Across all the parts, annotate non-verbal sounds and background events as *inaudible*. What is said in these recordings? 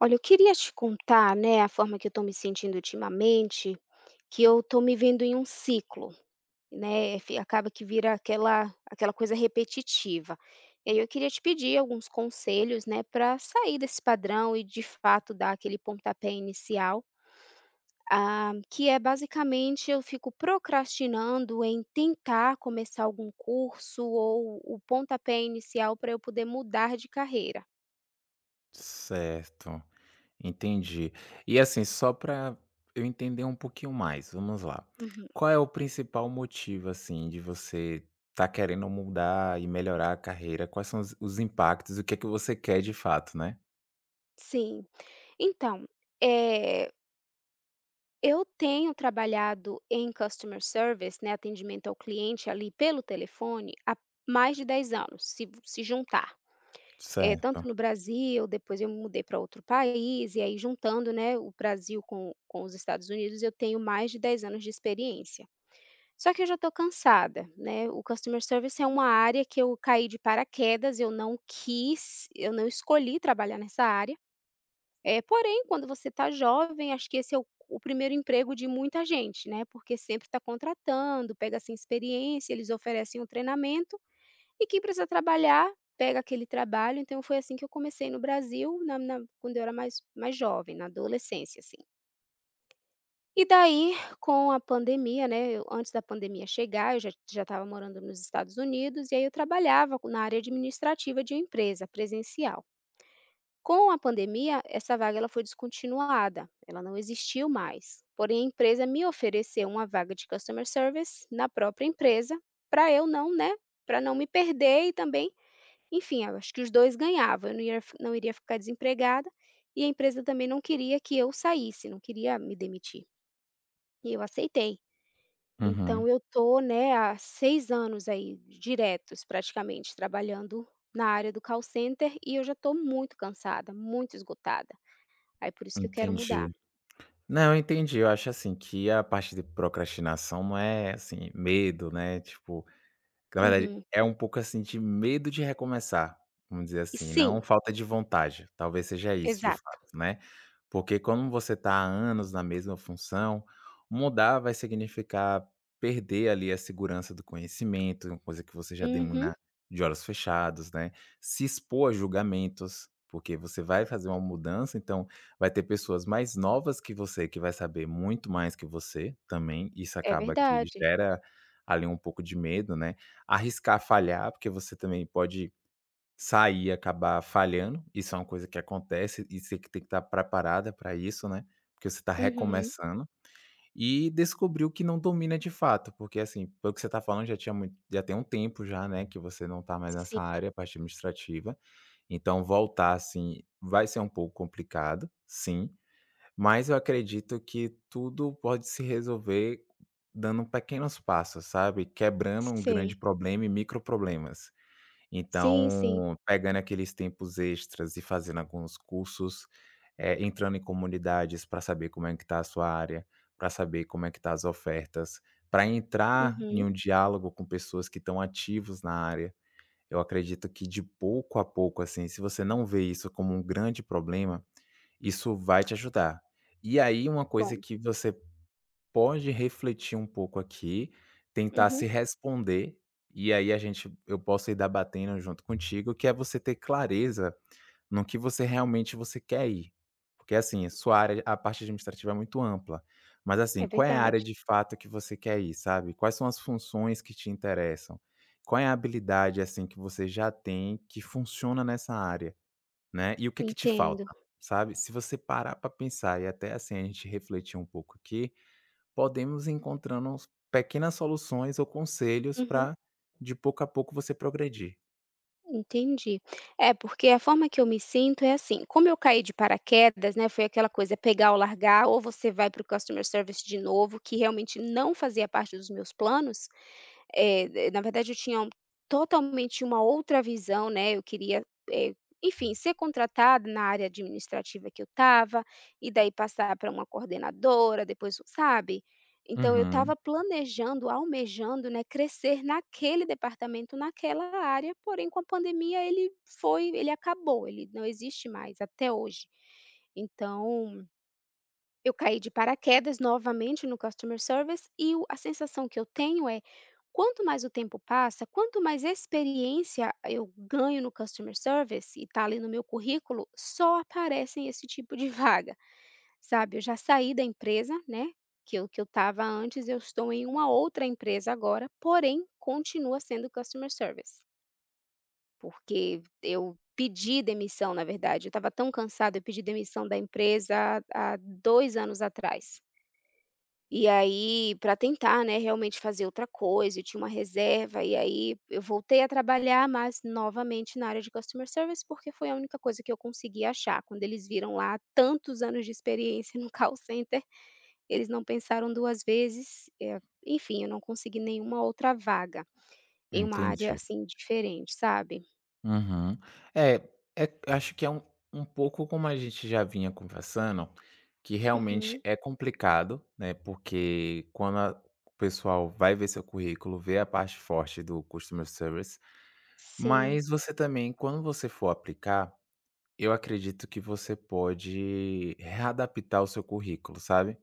Olha, eu queria te contar, né, a forma que eu estou me sentindo ultimamente, que eu estou me vendo em um ciclo, né, fi acaba que vira aquela coisa repetitiva. E aí eu queria te pedir alguns conselhos, né, para sair desse padrão e de fato dar aquele pontapé inicial, que é basicamente eu fico procrastinando em tentar começar algum curso ou o pontapé inicial para eu poder mudar de carreira. Certo, entendi. E assim, só para eu entender um pouquinho mais, vamos lá. Uhum, Qual é o principal motivo, assim, de você estar querendo mudar e melhorar a carreira? Quais são os impactos? O que é que você quer de fato, né? sim. Então, eh eu tenho trabalhado em customer service, né, atendimento ao cliente ali pelo telefone, há mais de 10 anos, se juntar. Eh, tanto Certo. no Brasil, depois eu me mudei para outro país, e aí juntando, né, o Brasil com os Estados Unidos, eu tenho mais de 10 anos de experiência. Só que eu já estou cansada, né, o customer service é uma área que eu caí de paraquedas, eu não quis, eu não escolhi trabalhar nessa área, é, porém, quando você está jovem, acho que esse é o primeiro emprego de muita gente, né, porque sempre está contratando, pega sem experiência, eles oferecem um treinamento, e quem precisa trabalhar, pega aquele trabalho, então foi assim que eu comecei no Brasil, na quando eu era mais jovem, na adolescência, assim. E daí, com a pandemia, né, eu antes da pandemia chegar, eu já estava morando nos Estados Unidos, e aí eu trabalhava na área administrativa de uma empresa, presencial. Com a pandemia, essa vaga ela foi descontinuada, ela não existiu mais. Porém, a empresa me ofereceu uma vaga de customer service na própria empresa, para eu não, né, para não me perder e também, enfim, eu acho que os 2 ganhavam, eu não ia não iria ficar desempregada e a empresa também não queria que eu saísse, não queria me demitir. E eu aceitei. Uhum, Então eu tô, né, há 6 anos aí diretos praticamente trabalhando na área do call center e eu já estou muito cansada, muito esgotada. Aí por isso que eu quero mudar. entendi. Não, eu entendi. Eu acho assim que a parte de procrastinação não é assim, medo, né? Tipo, na verdade, Uhum. é um pouco assim de medo de recomeçar, vamos dizer E assim, não sim, falta de vontade, talvez seja isso de exato. fato, né. Porque quando você está há anos na mesma função, mudar vai significar perder ali a segurança do conhecimento, uma coisa que você já Uhum. demuna de olhos fechados, né. Se expor a julgamentos, porque você vai fazer uma mudança, então vai ter pessoas mais novas que você, que vai saber muito mais que você também, isso É acaba que verdade. gera ali um pouco de medo, né, arriscar falhar, porque você também pode sair e acabar falhando. Isso é uma coisa que acontece e você que tem que estar preparada para isso, né? Porque você está Uhum. recomeçando. E descobrir o que não domina de fato, porque assim, pelo que você está falando, já tinha muito, já tem um tempo já, né, que você não está mais Sim, nessa área, parte administrativa. Então voltar assim vai ser um pouco complicado, sim, mas eu acredito que tudo pode se resolver dando pequenos passos, sabe? Quebrando um grande sei. problema e micro problemas. Sim, sim. Então, pegando aqueles tempos extras e fazendo alguns cursos, entrando em comunidades para saber como é que está a sua área, para saber como é que tá as ofertas, para entrar em Uhum. um diálogo com pessoas que estão ativos na área. Eu acredito que de pouco a pouco, assim, se você não vê isso como um grande problema, isso vai te ajudar. E aí uma coisa Bom. que você pode refletir um pouco aqui, tentar se Uhum. responder, e aí a gente eu posso ir debatendo junto contigo, que é você ter clareza no que você realmente você quer ir. Porque assim, sua área a parte administrativa é muito ampla, mas assim, É qual é a área verdade. de fato que você quer ir, sabe? Quais são as funções que te interessam? Qual é a habilidade, assim, que você já tem que funciona nessa área, né? E o que é que te falta, Entendo. sabe? Se você parar para pensar e até assim a gente refletir um pouco aqui, podemos ir encontrando uns pequenas soluções ou conselhos Uhum. para, de pouco a pouco, você progredir. Entendi. É, porque a forma que eu me sinto é assim, como eu caí de paraquedas, né, foi aquela coisa é pegar ou largar, ou você vai para o customer service de novo, que realmente não fazia parte dos meus planos. É, na verdade eu tinha um totalmente uma outra visão, né, eu queria, eh, enfim, ser contratada na área administrativa que eu estava, e daí passar para uma coordenadora, depois, sabe? Então eu Uhum, estava planejando, almejando, né, crescer naquele departamento, naquela área, porém com a pandemia ele foi ele acabou, ele não existe mais até hoje. Então, eu caí de paraquedas novamente no customer service e o a sensação que eu tenho é, quanto mais o tempo passa, quanto mais experiência eu ganho no customer service e tá ali no meu currículo, só aparecem esse tipo de *laughs* vaga. Sabe, eu já saí da empresa, né, que eu estava antes, eu estou em uma outra empresa agora, porém continua sendo customer service, porque eu pedi demissão, na verdade, eu estava tão cansada, eu pedi demissão da empresa há 2 anos atrás. E aí, para tentar, né, realmente fazer outra coisa, eu tinha uma reserva, e aí eu voltei a trabalhar, mas novamente na área de customer service, porque foi a única coisa que eu consegui achar, quando eles viram lá tantos anos de experiência *laughs* no call center eles não pensaram 2 vezes, enfim, eu não consegui nenhuma outra vaga em uma área, entendi. assim, diferente, sabe. Uhum. É é, acho que é um pouco como a gente já vinha conversando, que realmente Uhum. é complicado, né, porque quando a o pessoal vai ver seu currículo, vê a parte forte do customer service, Sim. mas você também, quando você for aplicar, eu acredito que você pode readaptar o seu currículo, sabe?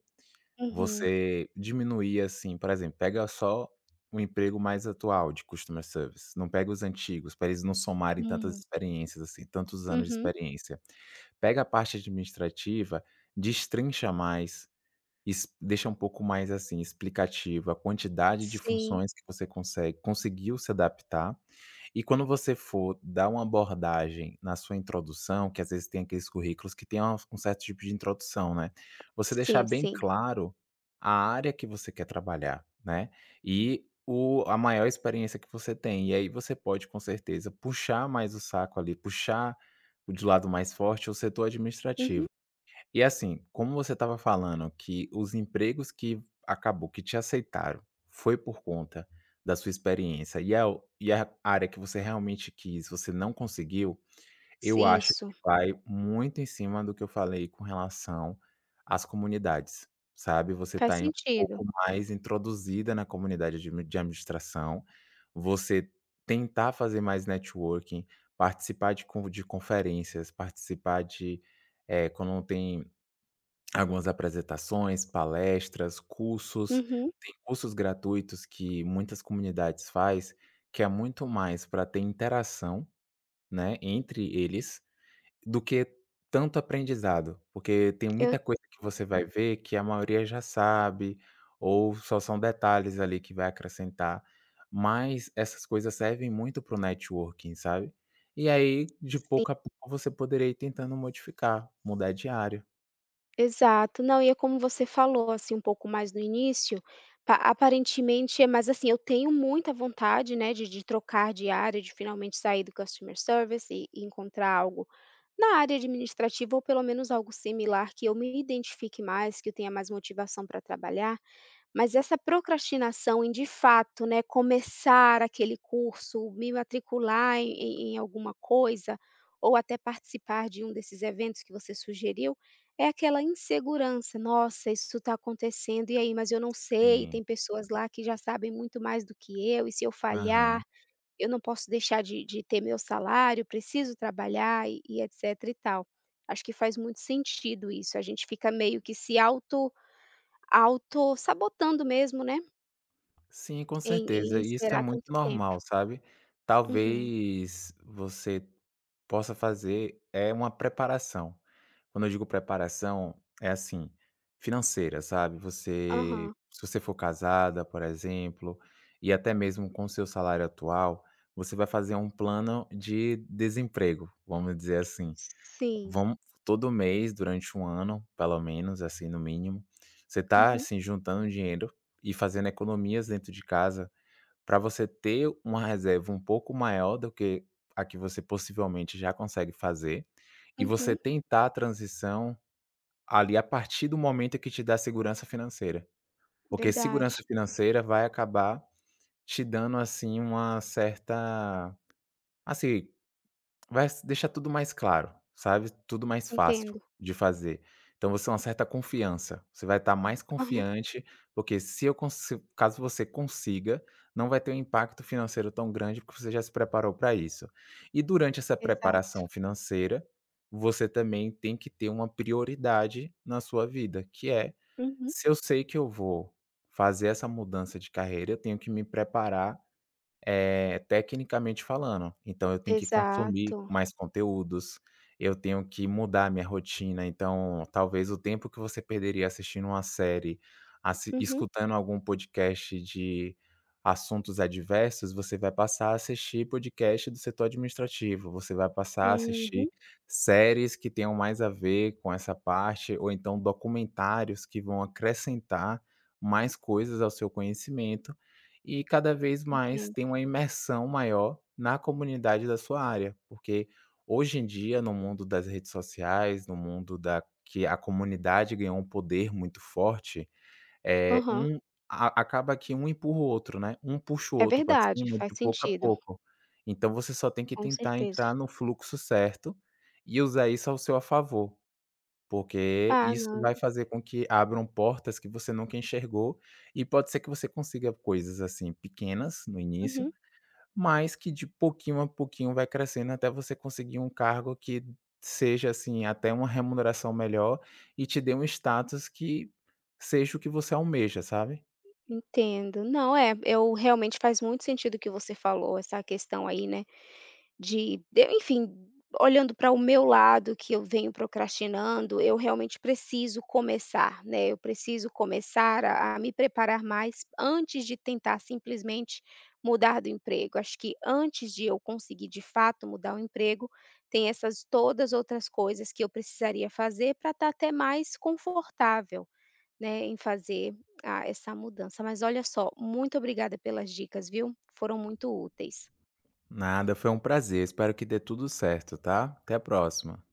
Uhum. Você diminuir, assim, por exemplo, pega só o emprego mais atual de customer service, não pega os antigos, para eles não somarem tantas Uhum. experiências, assim, tantos anos de Uhum. experiência. Pega a parte administrativa, destrincha mais, ex deixa um pouco mais, assim, explicativo a quantidade de Sim. funções que você consegue conseguiu se adaptar, e quando você for dar uma abordagem na sua introdução, que às vezes tem aqueles currículos que tem uma um certo tipo de introdução, né, você deixar Sim, bem sim. claro a área que você quer trabalhar, né, e o a maior experiência que você tem. E aí você pode, com certeza, puxar mais o saco ali, puxar o de lado mais forte o setor administrativo. Uhum. E assim, como você estava falando que os empregos que acabou que te aceitaram, foi por conta da sua experiência, e a e é a área que você realmente quis, você não conseguiu, eu Si acho que isso. vai muito em cima do que eu falei com relação às comunidades, sabe. Você está Faz um sentido. pouco mais introduzida na comunidade de administração, você tentar fazer mais networking, participar de conv de conferências, participar de, quando tem algumas apresentações, palestras, cursos. Uhum. Tem cursos gratuitos que muitas comunidades faz, que é muito mais para ter interação, né, entre eles, do que tanto aprendizado. Porque tem Eu muita coisa que você vai ver que a maioria já sabe, ou só são detalhes ali que vai acrescentar. Mas essas coisas servem muito para o networking, sabe? E aí, de sim. pouco a pouco, você poderia ir tentando modificar, mudar de área. Exato. Não, e é como você falou, assim, um pouco mais no início, pa aparentemente é mas, assim, eu tenho muita vontade, né, de trocar de área, de finalmente sair do customer service e encontrar algo na área administrativa ou pelo menos algo similar que eu me identifique mais, que eu tenha mais motivação para trabalhar, mas essa procrastinação em de fato, né, começar aquele curso, me matricular em alguma coisa, ou até participar de um desses eventos que você sugeriu, é aquela insegurança: "Nossa, isso está acontecendo, e aí? Mas eu não sei, Sim. tem pessoas lá que já sabem muito mais do que eu, e se eu Aham. falhar?". Eu não posso deixar de ter meu salário, preciso trabalhar e etcétera e tal. Acho que faz muito sentido isso, a gente fica meio que se auto sabotando mesmo, né, Sim, com em certeza. E isso é esperar muito tanto tempo. normal, sabe. Uhum. Talvez você possa fazer, é uma preparação. Quando eu digo preparação, é assim, financeira, sabe. Você Aham. Se você for casada, por exemplo, e até mesmo com seu salário atual, você vai fazer um plano de desemprego, vamos dizer assim. Sim. Vamos todo mês, durante um ano, pelo menos, assim, no mínimo, você tá, Uhum, assim, juntando dinheiro e fazendo economias dentro de casa. Para você ter uma reserva um pouco maior do que a que você possivelmente já consegue fazer, e você uhum. tentar a transição ali a partir do momento que te dá segurança financeira. Porque Verdade. segurança financeira vai acabar te dando, assim, uma certa assim, Vai s deixar tudo mais claro, sabe, tudo mais fácil Entendo. de fazer. Então você tem uma certa confiança, você vai estar mais Aham. confiante, porque se eu consi caso você consiga, não vai ter um impacto financeiro tão grande, porque você já se preparou para isso. E durante essa Exato. preparação financeira, você também tem que ter uma prioridade na sua vida, que é: Uhum. "Se eu sei que eu vou fazer essa mudança de carreira, eu tenho que me preparar tecnicamente falando, então eu tenho que consumir Exato. mais conteúdos, eu tenho que mudar a minha rotina, então talvez o tempo que você perderia assistindo uma série, assi Uhum, escutando algum podcast de assuntos adversos, você vai passar a assistir podcast do setor administrativo, você vai passar a assistir uhum. séries que tenham mais a ver com essa parte, ou então documentários que vão acrescentar mais coisas ao seu conhecimento e cada vez mais tem Entendo. uma imersão maior na comunidade da sua área, porque hoje em dia, no mundo das redes sociais, no mundo da que a comunidade ganhou um poder muito forte, é Aham. um a acaba que um empurra o outro, né, um puxa o É outro para verdade, cima faz de pouco a sentido, pouco. Então você só tem que com tentar certeza. entrar no fluxo certo e usar isso ao seu a favor. Porque Ah, isso não. vai fazer com que abram portas que você nunca enxergou, e pode ser que você consiga coisas, assim, pequenas no início, Uhum. mas que de pouquinho a pouquinho vai crescendo até você conseguir um cargo que seja, assim, até uma remuneração melhor e te dê um status que seja o que você almeja, sabe. Entendo. Não, é, eu realmente faz muito sentido o que você falou, essa questão aí, né, de enfim, olhando para o meu lado que eu venho procrastinando, eu realmente preciso começar, né, eu preciso começar a me preparar mais antes de tentar simplesmente mudar do emprego. Acho que antes de eu conseguir, de fato, mudar o emprego, tem essas todas outras coisas que eu precisaria fazer para estar até mais confortável, né, em fazer a essa mudança. Mas olha só, muito obrigada pelas dicas, viu? Foram muito úteis. Nada, foi um prazer, espero que dê tudo certo, tá. Até a próxima.